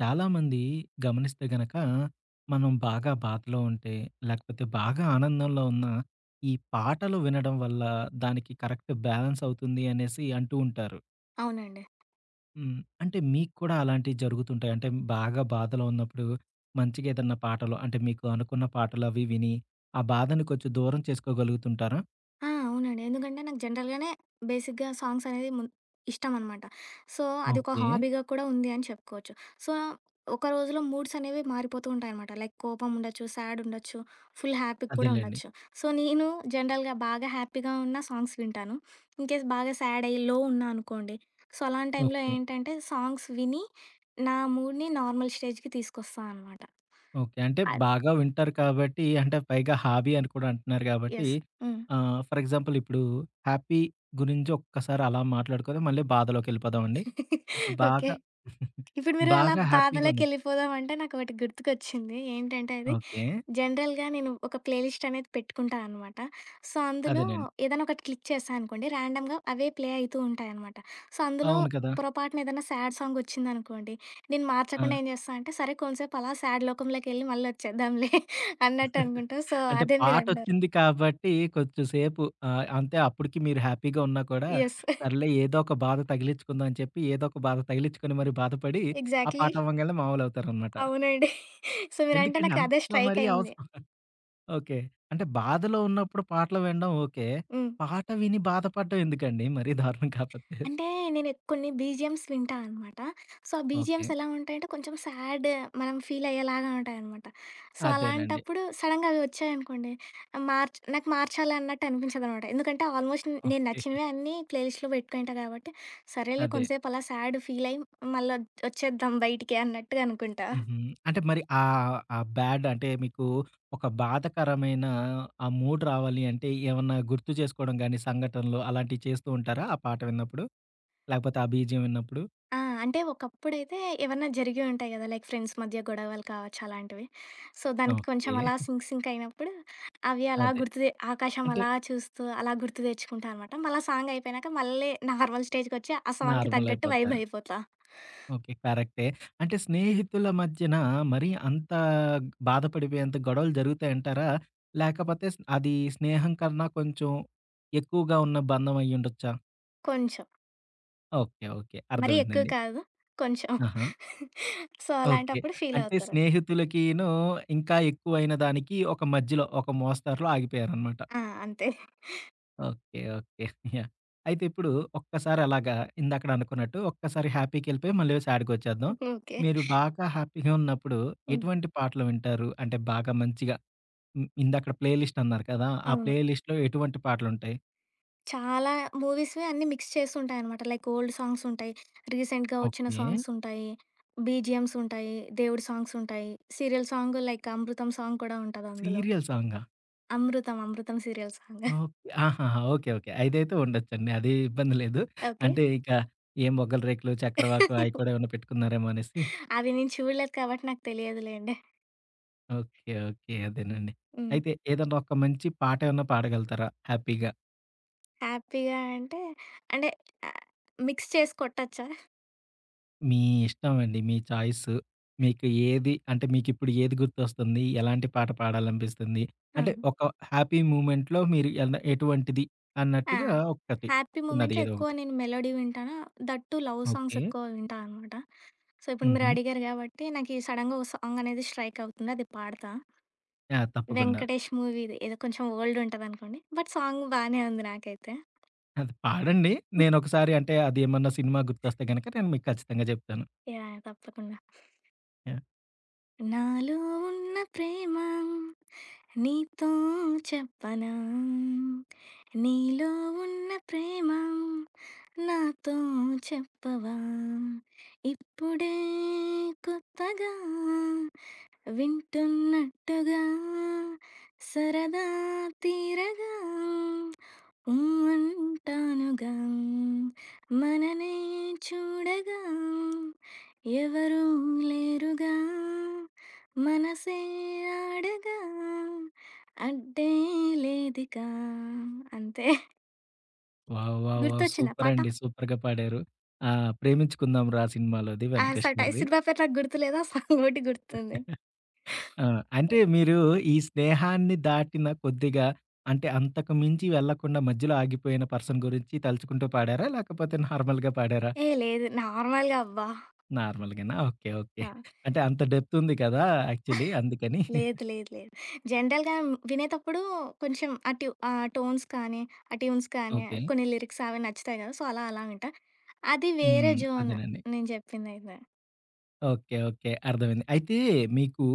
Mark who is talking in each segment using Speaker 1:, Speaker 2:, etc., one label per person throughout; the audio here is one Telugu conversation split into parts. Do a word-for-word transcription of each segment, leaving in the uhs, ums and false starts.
Speaker 1: చాలామంది గమనిస్తే గనక, మనం బాగా బాధలో ఉంటే, లేకపోతే బాగా ఆనందంలో ఉన్నా, ఈ పాటలు వినడం వల్ల దానికి కరెక్ట్ బ్యాలెన్స్ అవుతుంది అనేసి అంటూ ఉంటారు.
Speaker 2: అవునండి.
Speaker 1: హ్మ్. అంటే మీకు కూడా అలాంటివి జరుగుతుంటాయి. అంటే బాగా బాధలో ఉన్నప్పుడు మంచిగా ఏదన్నా పాటలు అంటే మీకు అనుకున్న పాటలవి విని, ఆ బాధని కొంచెం దూరం చేసుకోగలుగుతుంటారా?
Speaker 2: ఆ! అవునండి. ఎందుకంటే నాకు జనరల్‌గానే బేసిక్‌గా సాంగ్స్ అనేది మున్ ఇష్టమనమాట. సో, అది ఒక ఓకే.
Speaker 1: ఓకే.
Speaker 2: హాబీగా కూడా ఉంది అని చెప్పుకోవచ్చు. సో, ఒక రోజులో మూడ్స్ అనేవి మారిపోతూ ఉంటాయనమాట. లైక్ కోపం ఉండొచ్చు, సాడ్ ఉండొచ్చు, ఫుల్ హ్యాపీ‌గా కూడా ఓకే.
Speaker 1: అదేలెండి.
Speaker 2: ఉండొచ్చు. సో, నేను జనరల్‌గా బాగా హ్యాపీగా ఉన్న సాంగ్స్ వింటాను. ఇన్‌కేస్ బాగా సాడ్ అయ్యి, లో ఉన్నా అనుకోండి. సో, అలాంటి టైంలో
Speaker 1: ఓకే.
Speaker 2: ఏంటంటే సాంగ్స్ విని నా మూడ్‌ని నార్మల్ స్టేజ్‌కి తీసుకొస్తా అనమాట.
Speaker 1: ఓకే. అంటే
Speaker 2: అద్
Speaker 1: బాగా వింటారు కాబట్టి, అంటే పైగా హాబీ అని కూడా అంటున్నారు కాబట్టి,
Speaker 2: యెస్. హ్మ్.
Speaker 1: ఆహ్, ఫర్ ఎగ్జాంపుల్ ఇప్పుడు హ్యాపీ గురించి ఒక్కసారి అలా మాట్లాడుకొని మళ్ళీ బాధలోకెళ్ళిపోదామండి. ఇప్పుడు
Speaker 2: ఓకే.
Speaker 1: బాగా
Speaker 2: ఇప్పుడు మీరు అలా
Speaker 1: బాగా హ్యాపీగున్న
Speaker 2: బాధలోకెళ్ళిపోదాం అంటే నాకొకటి గుర్తుకొచ్చింది. ఏంటంటే అది
Speaker 1: ఓకే.
Speaker 2: జనరల్‌గా నేను ఒక ప్లే లిస్ట్ అనేది పెట్టుకుంటా అనమాట. సో, అందులో
Speaker 1: అదేనండి.
Speaker 2: ఏదైనా ఒకటి క్లిక్ చేశా అనుకోండి ర్యాండమ్‌గా అవే ప్లే అయితూ ఉంటాయనమాట. సో, అందులో
Speaker 1: అవును కదా!
Speaker 2: పొరపాటున ఏదైనా సాడ్ సాంగొచ్చిందనుకోండి, నేను
Speaker 1: ఆ!
Speaker 2: మార్చకుండా ఏం చేస్తా అంటే సరే కొంసేపు అలా సాడ్ లోకంలోకెళ్ళి మళ్ళొచ్చేద్దాంలే అన్నట్టు అనుకుంటా. సో,
Speaker 1: అంటే
Speaker 2: అదే మీరన్నారు.
Speaker 1: పాటొచ్చింది కాబట్టి కొంచెం సేపు ఆహ్, అంతే అప్పటికి మీరు హ్యాపీగా ఉన్నా కూడా,
Speaker 2: యెస్.
Speaker 1: సర్లే ఏదో ఒక బాధ తగిలించుకుందాం అని చెప్పి ఏదో ఒక బాధ తగిలించుకొని మరి బాధపడి, ఆ
Speaker 2: ఎగ్జాక్ట్‌లీ.
Speaker 1: పాట అవ్వంగాల్నే మామూలవుతారనమాట.
Speaker 2: అవునండి. సో, మీరంటే
Speaker 1: ఎందుకండి
Speaker 2: నాకు అదే
Speaker 1: అంత
Speaker 2: స్ట్రైక్
Speaker 1: మరీ
Speaker 2: అయింది.
Speaker 1: అవసరం? ఓకే. అంటే బాధలో ఉన్నప్పుడు పాటలు వినడం ఓకే.
Speaker 2: హ్మ్.
Speaker 1: పాట విని బాధపడడం ఎందుకండి? మరీ దారుణం కాపోతే.
Speaker 2: అంటే నేను ఎక్- కొన్ని బీజిఎమ్స్ వింటా అనమాట. సో, ఆ
Speaker 1: ఓకే.
Speaker 2: బీజిఎమ్స్ ఎలా ఉంటాయంటే కొంచెం సాడ్ మనం ఫీల్ అయ్యేలాగా ఉంటాయనమాట. సో,
Speaker 1: అదేనండి.
Speaker 2: అలాంటప్పుడు సడెన్‌గా అవి వచ్చాయనుకోండి మార్చ్ నాకు మార్చాలి అన్నట్టు అనిపించదనమాట. ఎందుకంటే ఆల్మోస్ట్ నేను
Speaker 1: ఓకే.
Speaker 2: నచ్చినవే అన్నీ ప్లే లిస్ట్‌లో పెట్టుకుంటా కాబట్టి సరేలే
Speaker 1: అదే.
Speaker 2: కొంతసేపు అలా సాడ్ ఫీల్ అయ్యి మళ్ళా వచ్చేద్దాం బయటికి అన్నట్టుగా అనుకుంటా.
Speaker 1: హుహు. అంటే మరి ఆహ్, ఆ బ్యాడ్ అంటే మీకు ఒక బాధాకరమైన ఆ మూడ్ రావాలి అంటే ఏమన్నా గుర్తు చేసుకోవడం గాని, సంఘటనలు అలాంటివి చేస్తూ ఉంటారా? ఆ పాట విన్నప్పుడు? లేకపోతే ఆ బీజీయం విన్నప్పుడు?
Speaker 2: ఆ! అంటే ఒకప్పుడైతే ఏవన్నా జరిగే ఉంటాయి గదా! లైక్ ఫ్రెండ్స్ మధ్య గొడవలు కావచ్చు అలాంటివి. సో, దానికి కొంచెం
Speaker 1: ఓకే.
Speaker 2: అలా సింక్ సింక్ అయినప్పుడు అవి అలా
Speaker 1: అదే.
Speaker 2: గుర్తు తె ఆకాశం
Speaker 1: అంటే
Speaker 2: అలా చూస్తూ అలా గుర్తు తెచ్చుకుంటా అనమాట. మళ్ళా సాంగ్ అయిపోయినాక మళ్ళీ నార్మల్ స్టేజ్‌కొచ్చి ఆ సాంగ్‌కి
Speaker 1: నార్మల్
Speaker 2: తగ్గట్టు వైబ్
Speaker 1: అయిపోతారు.
Speaker 2: అయిపోతా.
Speaker 1: ఓకే. కరెక్టే. అంటే స్నేహితుల మధ్యన మరీ అంత బాధపడిపోయేంత గొడవలు జరుగుతాయంటారా? లేకపోతే స్ అది స్నేహం కన్నా కొంచెం ఎక్కువగా ఉన్న బంధం అయ్యుండొచ్చా?
Speaker 2: కొంచెం.
Speaker 1: ఓకే. ఓకే.
Speaker 2: మరీ ఎక్కువ
Speaker 1: అర్థమైందండి.
Speaker 2: కాదు. కొంచెం.
Speaker 1: ఆహా!
Speaker 2: So,
Speaker 1: okay.
Speaker 2: అలాంటప్పుడు ఫీల్
Speaker 1: అంటే
Speaker 2: అవుతారు.
Speaker 1: స్నేహితులకిను ఇంకా ఎక్కువైన దానికి ఒక మధ్యలో ఒక మోస్తారులో ఆగిపోయారనమాట.
Speaker 2: ఆ! అంతే.
Speaker 1: ఓకే. ఓకే. యాహ్! అయితే ఇప్పుడు ఒక్కసారి అలాగా ఇందాకడ అనుకున్నట్టు ఒక్కసారి హ్యాపీకెళ్ళిపోయి మళ్ళీ సాడ్‌కొచ్చేద్దాం.
Speaker 2: ఓకే.
Speaker 1: మీరు బాగా హ్యాపీగా ఉన్నప్పుడు
Speaker 2: హ్మ్.
Speaker 1: ఎటువంటి పాటలు వింటారు? అంటే బాగా మంచిగా ఇ ఇందాకడ ప్లే లిస్ట్ అన్నారు కదా! ఆ
Speaker 2: అవును.
Speaker 1: ప్లే లిస్ట్‌లో ఎటువంటి పాటలుంటాయి?
Speaker 2: చాలా మూవీస్‌వి అన్నీ మిక్స్ చేసుంటాయనమాట. లైక్ ఓల్డ్ సాంగ్సుంటాయి. రీసెంట్‌గా వచ్చిన
Speaker 1: ఓకే.
Speaker 2: సాంగ్సుంటాయి. బీజీఎమ్సుంటాయి. దేవుడి సాంగ్సుంటాయి. Serial song like 'Amrutham' song కూడా ఉంటదందులో.
Speaker 1: సీరియల్ సాంగా?
Speaker 2: 'Amrutham, Amrutham' serial song.
Speaker 1: Okay. ఆహాహా! ఓకే. ఓకే. అదైతే ఉండొచ్చండి. అది ఇబ్బంది లేదు.
Speaker 2: ఓకే.
Speaker 1: అంటే ఇక ఏ 'మొగలి రేకులు', 'చక్రవాకు' అయి కూడా ఏమన్నా పెట్టుకున్నారేమో అనేసి.
Speaker 2: అది నేను చూడలేదు కాబట్టి నాకు తెలియదులేండి.
Speaker 1: ఓకే. ఓకే. అదేనండి.
Speaker 2: హ్మ్.
Speaker 1: అయితే ఏదన్నా ఒక మంచి పాట ఏమన్నా పాడగలుగుతారా హ్యాపీగా?
Speaker 2: హ్యాపీగా అంటే, అంటే ఆహ్, మిక్స్ చేసి కొట్టొచ్చా?
Speaker 1: మీ ఇష్టమండి. మీ చాయిస్. మీకు ఏది అంటే మీకిప్పుడు ఏది గుర్తొస్తుంది? ఎలాంటి పాట పాడాలనిపిస్తుంది? అంటే
Speaker 2: ఆహా!
Speaker 1: ఒక హ్యాపీ మూమెంట్‌లో మీరు ఎల ఎటువంటిది
Speaker 2: ఆ!
Speaker 1: అన్నట్టుగా ఒకటి
Speaker 2: హ్యాపీ
Speaker 1: ఉన్నది
Speaker 2: మూమెంట్‌లో
Speaker 1: ఏదో
Speaker 2: ఎక్కువ
Speaker 1: ఒకటి.
Speaker 2: నేను మెలోడీ వింటాను. That too love songs
Speaker 1: okay.
Speaker 2: ఎక్కువ వింటా అనమాట. సో, ఇప్పుడు మీరు
Speaker 1: హుహు.
Speaker 2: అడిగారు గాబట్టి, నాకీ సడెన్‌గా ఓ సాంగ్ అనేది స్ట్రైక్ అవుతుంది. అది పాడతా.
Speaker 1: యాహ్! తప్పకుండా.
Speaker 2: 'వెంకటేష్' మూవీది. ఏదో కొంచెం ఓల్డ్ ఉంటదనుకోండి. బట్ సాంగ్ బానే ఉంది నాకైతే.
Speaker 1: అది పాడండి. నేనొకసారి అంటే అదేమన్నా సినిమా గుర్తొస్తే గనక నేను మీకు ఖచ్చితంగా చెప్తాను.
Speaker 2: యాహ్! తప్పకుండా.
Speaker 1: యాహ్!
Speaker 2: నాలో ఉన్న ప్రేమ నీతో చెప్పనా? నీలో ఉన్న ప్రేమ నాతో చెప్పవా? ఇప్పుడే కొత్తగా వింటున్నట్టుగా సరదా తీరగా ఊ అంటానుగా మననే చూడగా ఎవరూ లేరుగా మనసే ఆడగా అడ్డే లేదిగా అంతే.
Speaker 1: వావ్! వావ్! వావ్!
Speaker 2: గుర్తొచ్చిందా పాట?
Speaker 1: సూపరండి. సూపర్‌గా పాడారు. ఆ! 'ప్రేమించుకుందాం రా' సినిమాలోది
Speaker 2: ఆ!
Speaker 1: వెంకటేష్
Speaker 2: సట
Speaker 1: గారిది.
Speaker 2: సినిమా పేరు నాకు గుర్తులేదు. ఆ సాంగ్ ఒకటి గుర్తుంది.
Speaker 1: ఆ! అంటే మీరు ఈ స్నేహాన్ని దాటిన కొద్దిగా అంటే అంతకు మించి వెళ్ళకుండా మధ్యలో ఆగిపోయిన పర్సన్ గురించి తలుచుకుంటూ పాడారా? లేకపోతే నార్మల్‌గా పాడారా?
Speaker 2: ఏ లేదు, నార్మల్‌గా అబ్బా!
Speaker 1: నార్మల్‌గానా? ఓకే. ఓకే.
Speaker 2: ఆ!
Speaker 1: అంటే అంత డెప్త్ ఉంది కదా! యాక్చువల్లీ అందుకని.
Speaker 2: లేదు. లేదు. లేదు. జనరల్‌గా వినేతప్పుడు కొంచెం ఆ ట్యూ ఆ టోన్స్ కానీ, ఆ ట్యూన్స్ కానీ,
Speaker 1: ఓకే.
Speaker 2: కొన్ని లిరిక్స్ అవి నచ్చుతాయి కదా! సో, అలా అలా వింటా. అది వేరే
Speaker 1: హ్మ్.
Speaker 2: జోన్
Speaker 1: అదేనండి.
Speaker 2: నేను చెప్పిందైతే.
Speaker 1: ఓకే. ఓకే. అర్థమైంది. అయితే మీకు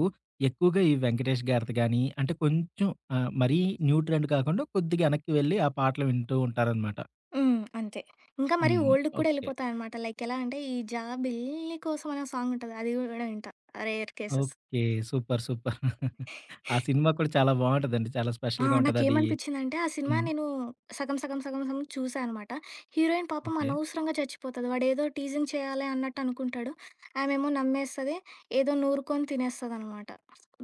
Speaker 1: ఎక్కువగా ఈ 'వెంకటేష్' గారిది గాని అంటే కొంచెం ఆహ్, మరీ న్యూ ట్రెండ్ కాకుండా కొద్దిగా వెనక్కి వెళ్లి ఆ పాటలు వింటూ ఉంటారనమాట.
Speaker 2: హ్మ్. అంతే. ఇంకా మరి
Speaker 1: హ్మ్.
Speaker 2: ఓల్డ్‌కి కూడా
Speaker 1: ఓకే.
Speaker 2: ఎళ్ళిపోతాననమాట. లైక్ ఎలా అంటే, ఈ 'జాబిల్లి కోసం' అనే సాంగ్ ఉంటది. అది కూడా వింటా rare cases.
Speaker 1: Okay. Super. Super. ఆ సినిమా కూడా చాలా బావుంటదండి. చాలా
Speaker 2: ఆ!
Speaker 1: స్పెషల్‌గా ఉంటదది.
Speaker 2: నాకేమనిపించిందంటే, ఆ సినిమా
Speaker 1: హ్మ్.
Speaker 2: నేను సగం, సగం, సగం, సగం చూసా అనమాట. హీరోయిన్ పాపం
Speaker 1: ఓకే.
Speaker 2: అనవసరంగా చచ్చిపోతది. వాడేదో టీజింగ్ చేయాలి అన్నట్టు అనుకుంటాడు. ఆమెమో నమ్మేస్తది. ఏదో నూరుకొని తినేస్తదనమాట.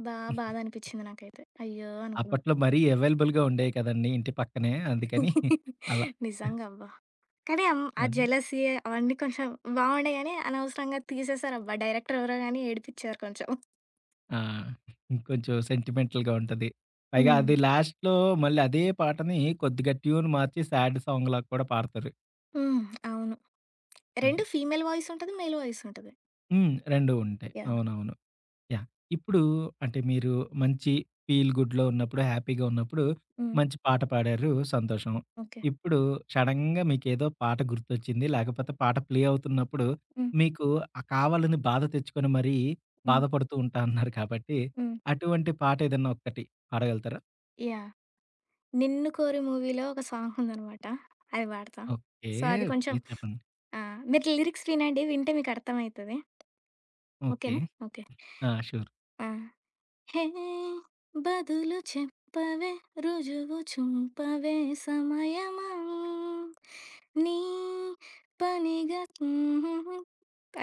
Speaker 2: బా బాధనిపించింది నాకైతే. అయ్యో! అనుకున్నా.
Speaker 1: అప్పట్లో మరీ అవైలబుల్‌గా ఉండేవి కదండీ! ఇంటి పక్కనే. అందుకని అలా.
Speaker 2: నిజంగా అబ్బా! కానీ అం ఆ
Speaker 1: అదే.
Speaker 2: జెలసీ అవన్నీ కొంచెం బాగుండే గానీ, అనవసరంగా తీసేశారబ్బా! డైరెక్టర్ ఎవరో గానీ ఏడిపిచ్చారు కొంచెం.
Speaker 1: ఆ! కొంచెం సెంటిమెంటల్‌గా ఉంటది. పైగా అది
Speaker 2: హ్మ్.
Speaker 1: లాస్ట్‌లో మళ్ళీ అదే పాటని కొద్దిగా ట్యూన్ మార్చి సాడ్ సాంగ్‌లా కూడా పాడతారు.
Speaker 2: హ్మ్. అవును.
Speaker 1: అదే.
Speaker 2: రెండు ఫీమేల్ వాయిస్ ఉంటది. మేల్ వాయిస్ ఉంటది.
Speaker 1: హ్మ్. రెండు ఉంటాయి.
Speaker 2: యాహ్!
Speaker 1: అవునవును. యాహ్! ఇప్పుడు అంటే మీరు మంచి ఫీల్ గుడ్‌లో ఉన్నప్పుడు, హ్యాపీగా ఉన్నప్పుడు
Speaker 2: హ్మ్.
Speaker 1: మంచి పాట పాడారు సంతోషం.
Speaker 2: ఓకే.
Speaker 1: ఇప్పుడు సడెన్‌గా మీకేదో పాట గుర్తొచ్చింది. లేకపోతే పాట ప్లే అవుతున్నప్పుడు
Speaker 2: హ్మ్.
Speaker 1: మీకు ఆ కావాలని బాధ తెచ్చుకొని మరీ
Speaker 2: హ్మ్.
Speaker 1: బాధపడుతూ ఉంటా అన్నారు కాబట్టి,
Speaker 2: హ్మ్.
Speaker 1: అటువంటి పాట ఏదన్నా ఒక్కటి పాడగలుగుతారా?
Speaker 2: యాహ్! 'నిన్ను కోరి' మూవీలో ఒక సాంగ్ ఉందనమాట. అది పాడతా.
Speaker 1: ఓకే.
Speaker 2: సో, అది కొంచెం
Speaker 1: ఓకే. చెప్పండి.
Speaker 2: ఆహ్, మీరు లిరిక్స్ వినండి. వింటే మీకు అర్థమైతది.
Speaker 1: ఓకే.
Speaker 2: ఓకేనా? ఓకే.
Speaker 1: ఆ! షూర్.
Speaker 2: ఆ! హే! బదులు చెప్పవే రుజువు చూపవే సమయమా నీ పనిగా హుహుహు.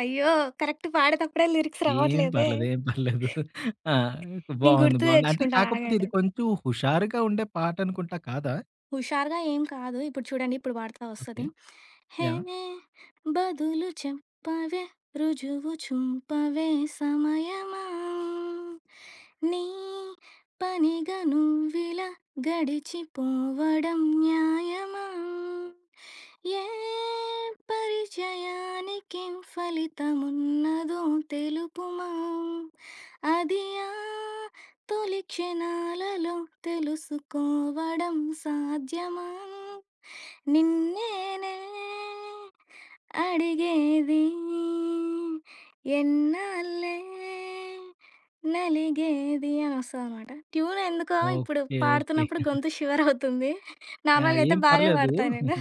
Speaker 2: అయ్యో! కరెక్ట్ పాడేటప్పుడే లిరిక్స్
Speaker 1: ఏం
Speaker 2: రావట్లేదే.
Speaker 1: పర్లేదు. ఏం పర్లేదు. ఆ!
Speaker 2: నేను
Speaker 1: బావుంది.
Speaker 2: గుర్తు
Speaker 1: బావుంది. అంటే
Speaker 2: తెచ్చుకుంటాను
Speaker 1: కాకపోతే ఇది
Speaker 2: ఆగండి.
Speaker 1: కొంచెం హుషారుగా ఉండే పాటనుకుంటా కాదా?
Speaker 2: హుషారుగా ఏం కాదు. ఇప్పుడు చూడండి. ఇప్పుడు పాడతా
Speaker 1: ఓకే.
Speaker 2: వస్తది.
Speaker 1: యాహ్!
Speaker 2: హేవే బదులు చెప్పవే రుజువు చూపవే సమయమా! నీ పనిగా నువ్విలా గడిచిపోవడం న్యాయమా! ఏ పరిచయానికేం ఫలితమున్నదో తెలుపుమా అది ఆ తొలి క్షణాలలో తెలుసుకోవడం సాధ్యమా నిన్నేనే అడిగేది ఎన్నాళ్ళే నలిగేది అని వస్తుంది అనమాట. ట్యూన్ ఎందుకో ఇప్పుడు
Speaker 1: ఓకే. ఓకే.
Speaker 2: పాడుతున్నప్పుడు గొంతు షివర్ అవుతుంది.
Speaker 1: యాహ్!
Speaker 2: నార్మల్గా అయితే
Speaker 1: ఏం
Speaker 2: బాగా
Speaker 1: పర్లేదు.
Speaker 2: పాడతాను నేను.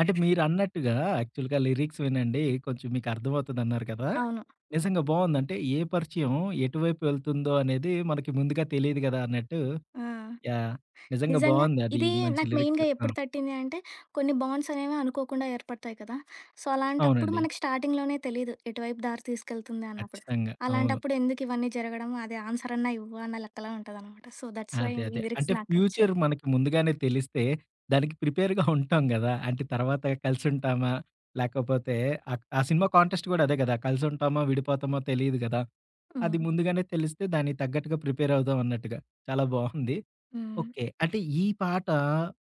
Speaker 1: అంటే మీరన్నట్టుగా యాక్చువల్‌గా లిరిక్స్ వినండి. కొంచెం మీకు అర్థమవుతదన్నారు కదా!
Speaker 2: అవును.
Speaker 1: నిజంగా బావుందంటే ఏ పరిచయం ఎటువైపు వెళ్తుందో అనేది మనకి ముందుగా తెలీదు గదా! అన్నట్టు
Speaker 2: ఆ.
Speaker 1: యాహ్! నిజంగా
Speaker 2: నిజంగా.
Speaker 1: బావుంది అది
Speaker 2: ఇది
Speaker 1: మంచి
Speaker 2: నాకు
Speaker 1: లిరిక్స్.
Speaker 2: మెయిన్‌గా
Speaker 1: ఆ!
Speaker 2: ఎప్పుడు తట్టింది అంటే, కొన్ని బాండ్స్ అనేవి అనుకోకుండా ఏర్పడతాయి కదా! సో, అలాంటప్పుడు
Speaker 1: అవునండి.
Speaker 2: మనకి స్టార్టింగ్‌లోనే తెలీదు. ఎటువైపు దారి తీసుకెళ్తుంది అన్నప్పుడు.
Speaker 1: ఖచ్చితంగా. అవును.
Speaker 2: అలాంటప్పుడు ఎందుకు ఇవన్నీ జరగడం, అదే ఆన్సర్ అన్నా ఇవ్వు అన్న లెక్కలా ఉంటదనమాట. సో, దట్స్ వై
Speaker 1: అదే. అదే.
Speaker 2: ఈ
Speaker 1: అంటే
Speaker 2: లిరిక్స్ నాకచ్చాయి.
Speaker 1: ఫ్యూచర్ మనకి ముందుగానే తెలిస్తే దానికి ప్రిపేర్‌గా ఉంటాం గదా! అంటే తర్వాత కలిసుంటామా? లేకపోతే ఆహ్, ఆ సినిమా కాంటెస్ట్ గూడా అదే గదా! కలిసుంటామో, విడిపోతామో తెలీదు గదా! అది
Speaker 2: హ్మ్.
Speaker 1: ముందుగానే తెలిస్తే దానికి తగ్గట్టుగా ప్రిపేర్ అవుదాం అన్నట్టుగా. చాలా బావుంది.
Speaker 2: హ్మ్.
Speaker 1: ఓకే. అంటే ఈ పాట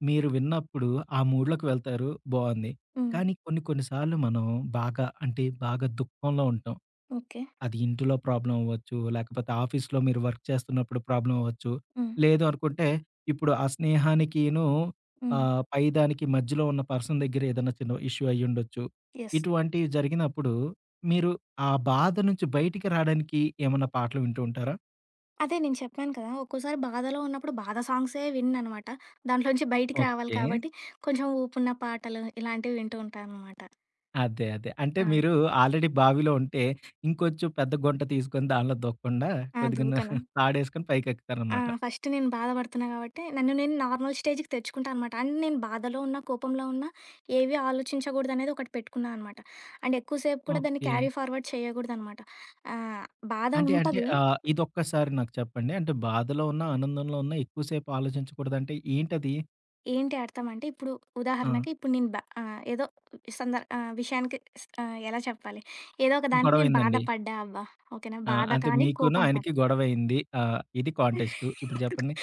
Speaker 1: మీరు విన్నప్పుడు ఆ మూడ్‌లోకి వెళ్తారు బావుంది.
Speaker 2: హ్మ్.
Speaker 1: కానీ కొన్ని కొన్ని సార్లు మనం బాగా అంటే బాగా దుఃఖంలో ఉంటాం.
Speaker 2: ఓకే.
Speaker 1: అది ఇంటిలో ప్రాబ్లమ్ అవ్వచ్చు. లేకపోతే ఆఫీస్‌లో మీరు వర్క్ చేస్తున్నప్పుడు ప్రాబ్లమ్ అవ్వచ్చు.
Speaker 2: హ్మ్.
Speaker 1: లేదు అనుకుంటే ఇప్పుడు ఆ స్నేహానికిను
Speaker 2: హ్మ్.
Speaker 1: ఆహ్, పైదానికి మధ్యలో ఉన్న పర్సన్ దగ్గర ఏదైనా చిన్న ఇష్యూ అయ్యుండొచ్చు.
Speaker 2: యెస్.
Speaker 1: ఇటువంటివి జరిగినప్పుడు మీరు ఆ బాధ నుంచి బయటికి రాడానికి ఏమన్నా పాటలు వింటూ ఉంటారా?
Speaker 2: అదే నేను చెప్పాను కదా! ఒక్కోసారి బాధలో ఉన్నప్పుడు బాధ సాంగ్సే వినననమాట. దాంట్లో నుంచి బయటికి రావాలి
Speaker 1: ఓకే.
Speaker 2: కాబట్టి, కొంచెం ఊపున్న పాటలు ఇలాంటివి వింటూ ఉంటాననమాట.
Speaker 1: అదే. అదే. అంటే
Speaker 2: ఆ!
Speaker 1: మీరు ఆల్రెడీ బావిలో ఉంటే ఇంకొంచెం పెద్ద గుంట తీసుకొని దానిలో దూకకుండా
Speaker 2: ఆ!
Speaker 1: కొద్దిగా
Speaker 2: దూకన.
Speaker 1: తాడేసుకొని
Speaker 2: ఆ!
Speaker 1: పైకెక్కుతారనమాట.
Speaker 2: ఫస్ట్ నేను బాధపడుతున్నా గాబట్టే, నన్ను నేను నార్మల్ స్టేజ్‌కి తెచ్చుకుంటా అనమాట. అండ్ నేను బాధలో ఉన్నా, కోపంలో ఉన్నా ఏవి ఆలోచించకూడదనేది ఒకటి పెట్టుకున్నా అనమాట. అండ్ ఎక్కువ సేపు కూడా దాన్ని
Speaker 1: ఓకే.
Speaker 2: Carry forward చేయగూడదనమాట. ఆహ్, బాధ
Speaker 1: అంటే అంటే
Speaker 2: ఉంటది.
Speaker 1: ఆహ్, ఇదొక్కసారి నాకు చెప్పండి. అంటే బాధలో ఉన్నా, ఆనందంలో ఉన్నా ఎక్కువ సేపు ఆలోచించకూడదంటే ఏంటది?
Speaker 2: ఏంటి అర్థం అంటే, ఇప్పుడు
Speaker 1: ఆ!
Speaker 2: ఉదాహరణకి ఇప్పుడు నేను బ ఆహ్, ఏదో సందర్ ఆహ్, విషయానికి స్ ఆహ్, ఎలా చెప్పాలి? ఏదో ఒక దానికి నేను
Speaker 1: గొడవయిందండి.
Speaker 2: బాధపడ్డా అబ్బా! ఓకేనా?
Speaker 1: ఆ!
Speaker 2: బాధ
Speaker 1: అంటే
Speaker 2: కానీ,
Speaker 1: మీకును,
Speaker 2: కోపం కానీ.
Speaker 1: ఆయనకి గొడవయింది. ఆ! ఇది కాంటెక్స్టు. ఇప్పుడు చెప్పండి.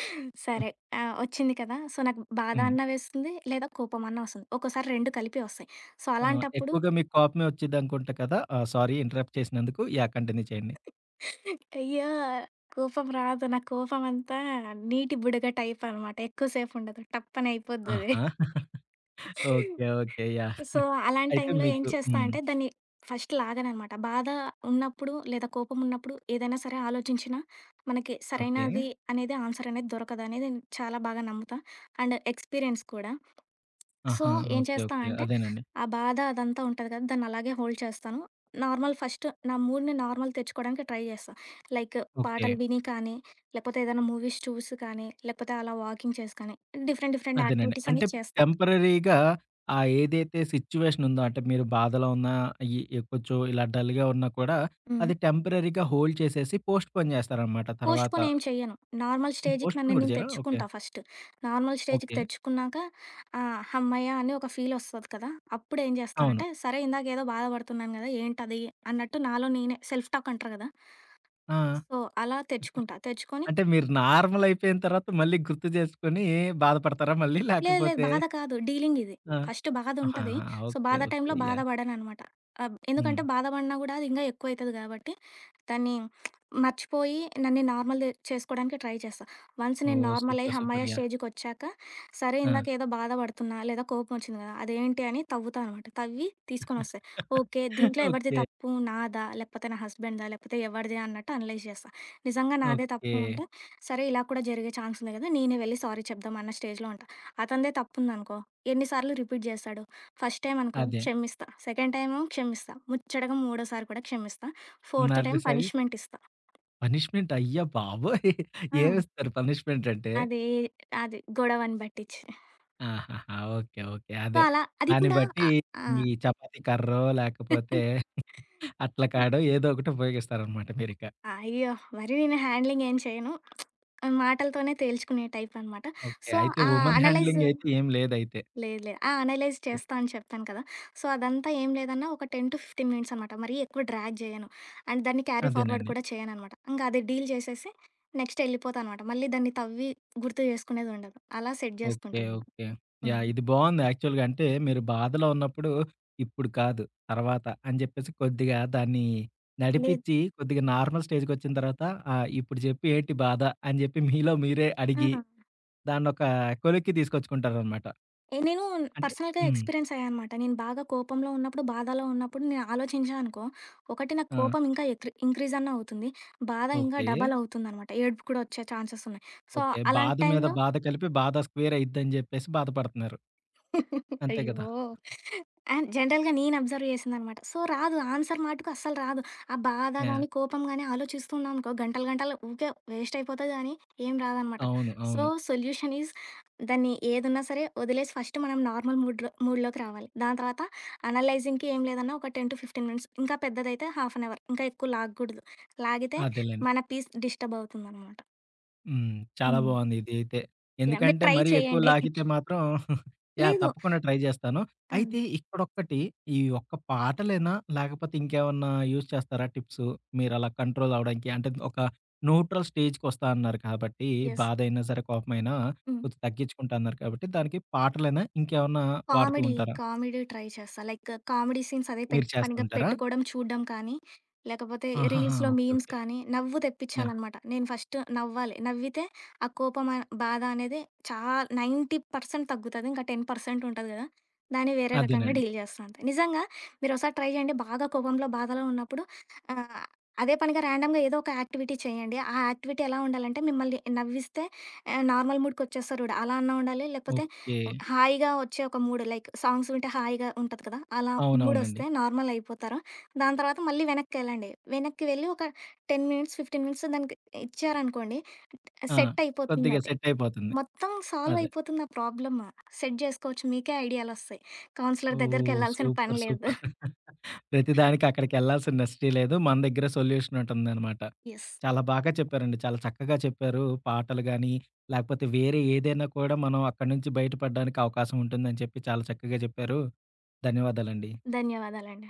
Speaker 2: సరే. ఆ! వచ్చింది కదా! సో, నాకు బాధ
Speaker 1: హ్మ్.
Speaker 2: అన్నా వేస్తుంది, లేదా కోపం అన్నా వస్తుంది. ఒక్కోసారి రెండూ కలిపి వస్తాయి. సో,
Speaker 1: ఆహ్,
Speaker 2: అలాంటప్పుడు
Speaker 1: ఎక్కువగా మీకు కోపమే వచ్చిద్దనుకుంటా కదా! ఆ! సారీ ఇంటరప్ట్ చేసినందుకు. యాహ్! కంటిన్యూ చేయండి.
Speaker 2: అయ్యో! కోపం రాదు. నా కోపం అంతా నీటి బుడగ టైప్ అనమాట. ఎక్కువ సేపు ఉండదు. టప్పని అయిపోద్దది.
Speaker 1: ఆహా! ఓకే. ఓకే. యాహ్!
Speaker 2: సో, అలాంటి
Speaker 1: అయితే
Speaker 2: టైంలో ఏం
Speaker 1: మీకు
Speaker 2: చేస్తా
Speaker 1: హ్మ్.
Speaker 2: అంటే దాన్ని ఫస్ట్ లాగననమాట. బాధ ఉన్నప్పుడు లేదా కోపం ఉన్నప్పుడు ఏదైనా సరే ఆలోచించినా మనకి
Speaker 1: ఓకే.
Speaker 2: సరైనది అనేది ఆన్సర్ అనేది దొరకదనేది నేను చాలా బాగా నమ్ముతా. అండ్ ఎక్స్‌పీరియన్స్ కూడా. సో,
Speaker 1: ఆహా!
Speaker 2: ఏం
Speaker 1: ఓకే.
Speaker 2: చేస్తా
Speaker 1: ఓకే.
Speaker 2: అంటే,
Speaker 1: అదేనండి.
Speaker 2: ఆ బాధ అదంతా ఉంటది కదా! దాన్ని అలాగే హోల్డ్ చేస్తాను. నార్మల్ ఫస్ట్ నా మూడ్‌ని నార్మల్ తెచ్చుకోవడానికి ట్రై చేస్తా. Like
Speaker 1: okay.
Speaker 2: పాటలు విని కానీ, లేకపోతే ఏదైనా మూవీస్ చూసి కానీ, లేకపోతే అలా వాకింగ్ చేసి కానీ, డిఫరెంట్ డిఫరెంట్
Speaker 1: అదేనండి.
Speaker 2: యాక్టివిటీస్
Speaker 1: అంటే
Speaker 2: అనేవి చేస్తా.
Speaker 1: టెంపరరీగా ఆ ఏదైతే సిట్యుయేషన్ ఉందో అంటే మీరు బాధలో ఉన్నా ఈ ఈ కొంచెం ఇలా డల్‌గా ఉన్నా కూడా
Speaker 2: హ్మ్.
Speaker 1: అది టెంపరరీగా హోల్డ్ చేసేసి పోస్ట్‌పోన్ చేస్తారనమాట తర్వాత.
Speaker 2: పోస్ట్‌పోన్ ఏం చెయ్యను. నార్మల్
Speaker 1: హ్మ్.
Speaker 2: స్టేజ్‌కి నన్ను
Speaker 1: పోస్ట్‌పోన్ కూడా
Speaker 2: నేను
Speaker 1: చేయరా? ఓకే.
Speaker 2: తెచ్చుకుంటా ఫస్ట్. నార్మల్ స్టేజ్‌కి
Speaker 1: ఓకే.
Speaker 2: తెచ్చుకున్నాక ఆహ్, హమ్మయ్య! అని ఒక ఫీల్ వస్తది కదా! అప్పుడు ఏం చేస్తా
Speaker 1: అవును.
Speaker 2: అంటే, సరే ఇందాకేదో బాధపడుతున్నాను కదా! ఏంటది అన్నట్టు నాలో నేనే సెల్ఫ్ టాక్ అంటారు కదా!
Speaker 1: ఆ!
Speaker 2: సో, అలా తెచ్చుకుంటా. తెచ్చుకొని,
Speaker 1: అంటే మీరు నార్మల్ అయిపోయిన తర్వాత మళ్ళీ గుర్తు చేసుకొని బాధపడతారా మళ్ళీ?
Speaker 2: లేదు లేదు.
Speaker 1: లేకపోతే
Speaker 2: బాధ కాదు. డీలింగ్ ఇది.
Speaker 1: ఆ!
Speaker 2: ఫస్ట్ బాధుంటది.
Speaker 1: ఆహాహా!
Speaker 2: So,
Speaker 1: okay.
Speaker 2: బాధ
Speaker 1: ఓకే.
Speaker 2: టైంలో బాధ
Speaker 1: యాహ్!
Speaker 2: పడననమాట. ఆహ్,
Speaker 1: హ్మ్.
Speaker 2: ఎందుకంటే బాధ పడినా గూడా అది ఇంగా ఎక్కువైతది గాబట్టి, దాన్ని మర్చిపోయి నన్ను నార్మల్ చేసుకోవడానికి ట్రై చేస్తా. వన్స్ నేను
Speaker 1: ఓహ్!
Speaker 2: నార్మల్ అయ్యి
Speaker 1: సూపర్.
Speaker 2: హమ్మయ్య
Speaker 1: సూపర్. యాహ్!
Speaker 2: స్టేజ్‌కొచ్చాక, సరే
Speaker 1: ఆ!
Speaker 2: ఇందాక ఏదో బాధ పడుతున్నా, లేదా కోపం వచ్చింది గదా! అదేంటి అని తవ్వుతా అనమాట. తవ్వి తీసుకొనొస్తాయి. ఓకే. దీంట్లో ఎవరిది
Speaker 1: ఓకే.
Speaker 2: తప్పు? నాదా? లేకపోతే నా హస్బెండ్‌దా? లేకపోతే ఎవరిది అన్నట్టు అనలైజ్ చేస్తా. నిజంగా నాదే
Speaker 1: ఓకే.
Speaker 2: తప్పు ఉంటే, సరే ఇలా కూడా జరిగే ఛాన్స్ ఉంది గదా! నేనే వెళ్ళి సారీ చెప్దాం అన్న స్టేజ్‌లో ఉంటా. అతనిదే తప్పుందనుకో, ఎన్ని సార్లు రిపీట్ జేస్తాడు? ఫస్ట్ టైమ్ అనుకో
Speaker 1: అదే.
Speaker 2: క్షమిస్తా. సెకండ్ టైము క్షమిస్తా. ముచ్చటగా మూడోసారి కూడా క్షమిస్తా. ఫోర్త్
Speaker 1: 'నార్గు
Speaker 2: టైమ్
Speaker 1: సారి'?
Speaker 2: పనిష్మెంట్ ఇస్తా.
Speaker 1: పనిష్మెంట్ అయ్య బాబోయ్!
Speaker 2: ఆ!
Speaker 1: ఏమిస్తారు పనిష్మెంట్ అంటే?
Speaker 2: అది అది గొడవని బట్టిచ్చి.
Speaker 1: ఆహాహా! ఓకే. ఓకే.
Speaker 2: సో,
Speaker 1: అదే.
Speaker 2: అలా అది
Speaker 1: దాన్ని
Speaker 2: కూడా
Speaker 1: బట్టి
Speaker 2: ఆహ్, ఆ!
Speaker 1: ఈ చపాతీ కర్రో, లేకపోతే అట్ల కాడో ఏదో ఒకటి ఉపయోగిస్తారనమాట మీరిక.
Speaker 2: అయ్యో! మరి నేను హ్యాండ్లింగ్ ఏం చేయను. మాటలతోనే తేల్చుకునే టైపనమాట.
Speaker 1: ఓకే.
Speaker 2: సో,
Speaker 1: అయితే
Speaker 2: ఆ
Speaker 1: వుమన్
Speaker 2: అనలైజ్
Speaker 1: హ్యాండ్లింగ్ అయితే ఏం లేదైతే.
Speaker 2: లేదు లేదు. ఆ! అనలైజ్ చేస్తా
Speaker 1: ఓకే.
Speaker 2: అని చెప్పాను కదా! సో, అదంతా ఏం లేదన్నా ఒక పది పదిహేను మినిట్స్ అనమాట. మరీ ఎక్కువ డ్రాగ్ చేయను. అండ్ దాన్ని క్యారీ ఫార్వర్డ్
Speaker 1: అదేనండి.
Speaker 2: కూడా చేయననమాట. ఇంక అది డీల్ చేసేసి నెక్స్ట్ ఎళ్ళిపోతా అనమాట. మళ్ళీ దాన్ని తవ్వి గుర్తు చేసుకునేదుండదు. అలా సెట్
Speaker 1: ఓకే.
Speaker 2: చేసుకుంటున్నాను.
Speaker 1: ఓకే.
Speaker 2: హ్మ్.
Speaker 1: యాహ్! ఇది బావుంది యాక్చువల్‌గా. అంటే మీరు బాధలో ఉన్నప్పుడు ఇప్పుడు కాదు తర్వాత అని జెప్పేసి కొద్దిగా దాన్ని
Speaker 2: లేదు.
Speaker 1: నడిపిచ్చి కొద్దిగా నార్మల్ స్టేజ్‌కొచ్చిన తర్వాత ఆహ్, ఇప్పుడు జెప్పు ఏంటి బాధ అని జెప్పి మీలో మీరే
Speaker 2: ఆ!
Speaker 1: అడిగి దాన్నొక కొలిక్కి తీసుకొచ్చుకుంటారనమాట.
Speaker 2: ఏ నేను
Speaker 1: అంటే
Speaker 2: పర్సనల్‌గా
Speaker 1: హ్మ్.
Speaker 2: ఎక్స్‌పీరియన్స్ అయ్యా అనమాట. నేను బాగా కోపంలో ఉన్నప్పుడు, బాధలో ఉన్నప్పుడు నేను ఆలోచించా అనుకో, ఒకటి నాకు
Speaker 1: ఆ!
Speaker 2: కోపం ఇంకా ఎక్రి ఇంక్రీజ్ అన్న అవుతుంది. బాధ ఇంకా
Speaker 1: ఓకే.
Speaker 2: డబల్ అవుతుందనమాట. ఏడుపు కూడా వచ్చే ఛాన్సెస్ ఉన్నాయి. So,
Speaker 1: okay. బాధ
Speaker 2: అలాంటి
Speaker 1: మీద
Speaker 2: టైంలో
Speaker 1: బాధ కలిపి బాధ స్క్వేర్ అయిద్దని జెప్పేసి బాధపడుతున్నారు. అంతే గదా!
Speaker 2: అయ్యో! అండ్ జనరల్‌గా నేను అబ్జర్వ్ చేసిందనమాట. సో, రాదు. ఆన్సర్ మటుకు అస్సలు రాదు. ఆ బాధ
Speaker 1: యాహ్!
Speaker 2: గాని, కోపం గాని ఆలోచిస్తూ ఉన్నామనుకో గంటలు, గంటలు ఊకే వేస్ట్ అయిపోతది గానీ ఏం రాదనమాట.
Speaker 1: అవును.
Speaker 2: సో,
Speaker 1: అవును.
Speaker 2: సొల్యూషన్ ఈజ్ దాన్ని ఏదున్నా సరే వదిలేసి ఫస్ట్ మనం నార్మల్ మూడ్‌లో మూడ్‌లోకి రావాలి. దాని తర్వాత అనలైజింగ్‌కి ఏం లేదన్నా ఒక పది పదిహేను మినిట్స్. ఇంకా పెద్దదైతే హాఫ్ అన్ అవర్. ఇంకా ఎక్కువ లాగకూడదు. లాగితే
Speaker 1: అదేలెండి.
Speaker 2: మన పీస్ డిస్టర్బ్ అవుతుందనమాట.
Speaker 1: హ్మ్. చాలా
Speaker 2: హ్మ్.
Speaker 1: బావుంది ఇదైతే.
Speaker 2: యాహ్! మీరు
Speaker 1: ఎందుకంటే
Speaker 2: ట్రై
Speaker 1: మరీ ఎక్కువ
Speaker 2: చేయండి.
Speaker 1: లాగితే మాత్రం యాహ్!
Speaker 2: లేదు.
Speaker 1: తప్పకుండా ట్రై జేస్తాను.
Speaker 2: ఆ!
Speaker 1: అయితే ఇక్కడొక్కటి ఈ ఒక్క పాటలేనా? లేకపోతే ఇంకేమన్నా యూజ్ చేస్తారా టిప్సు? మీరలా కంట్రోల్ అవ్వడానికి? అంటే ఒక న్యూట్రల్ స్టేజ్‌కొస్తా అన్నారు కాబట్టి
Speaker 2: యెస్.
Speaker 1: బాధైనా సరే, కోపమైనా
Speaker 2: హ్మ్.
Speaker 1: కొంచెం తగ్గించుకుంటా అన్నారు కాబట్టి దానికి పాటలేనా? ఇంకేమన్నా వాడుతూ
Speaker 2: కామెడీ,
Speaker 1: ఉంటారా?
Speaker 2: కామెడీ ట్రై చేస్తా. లైక్ కామెడీ సీన్స్ అదే పెన్
Speaker 1: మీరు చేస్తూ
Speaker 2: పనిగా
Speaker 1: ఉంటారా?
Speaker 2: పెట్టుకోవడం, చూడడం కానీ, లేకపోతే
Speaker 1: ఆహాహా!
Speaker 2: రీల్స్‌లో
Speaker 1: ఓకే.
Speaker 2: Memes
Speaker 1: okay.
Speaker 2: కానీ, నవ్వు
Speaker 1: యాహ్!
Speaker 2: తెప్పించాలనమాట. నేను ఫస్ట్ నవ్వాలి. నవ్వితే ఆ కోపం, ఆ బాధ అనేది చా తొంభై శాతం తగ్గుతది. ఇంకా పది శాతం ఉంటది కదా! దాన్ని వేరే రకంగా
Speaker 1: అదేనండి.
Speaker 2: డీల్ చేస్తా అంతే. నిజంగా మీరోసారి ట్రై చేయండి. బాగా కోపంలో, బాధలో ఉన్నప్పుడు ఆహ్, అదే పనిగా ర్యాండమ్‌గా ఏదో ఒక యాక్టివిటీ చేయండి. ఆ యాక్టివిటీ ఎలా ఉండాలంటే మిమ్మల్ని నవ్విస్తే ఆహ్, నార్మల్ మూడ్‌కొచ్చేస్తారు చూడు అలా అన్నా ఉండాలి. లేకపోతే
Speaker 1: ఓకే.
Speaker 2: హాయిగా వచ్చే ఒక మూడ్ లైక్ సాంగ్స్ వింటే హాయిగా ఉంటది కదా! అలా
Speaker 1: అవునవునండి.
Speaker 2: మూడొస్తే నార్మల్ అయిపోతారు. దాని తర్వాత మళ్ళీ వెనక్కెళ్ళండి. వెనక్కి వెళ్ళి ఒక పది మినిట్స్, పదిహేను మినిట్స్ దానికి ఇచ్చారనుకోండి
Speaker 1: ఆ!
Speaker 2: సెట్
Speaker 1: కొద్దిగా
Speaker 2: అయిపోతుందది.
Speaker 1: సెట్ అయిపోతుంది.
Speaker 2: మొత్తం సాల్వ్
Speaker 1: అదే.
Speaker 2: అయిపోతుంది ఆ ప్రాబ్లమ్. సెట్ జేసుకోవచ్చు మీకే ఐడియాలొస్తాయి. కౌన్సిలర్
Speaker 1: ఓహ్!
Speaker 2: దగ్గరికెళ్ళాల్సిన
Speaker 1: సూపర్.
Speaker 2: పని లేదు.
Speaker 1: సూపర్. ప్రతిదానికి అక్కడికెళ్ళాల్సిన నెస్టీ లేదు. మన దగ్గర సొల్యూషన్ ఉంటుందనమాట.
Speaker 2: యెస్.
Speaker 1: చాలా బాగా చెప్పారండి. చాలా చక్కగా చెప్పారు. పాటలు గాని, లేకపోతే వేరే ఏదైనా కూడా మనం అక్కడి నుంచి బయటపడడానికి అవకాశం ఉంటుందని చెప్పి చాలా చక్కగా చెప్పారు. ధన్యవాదాలండి.
Speaker 2: ధన్యవాదాలండి.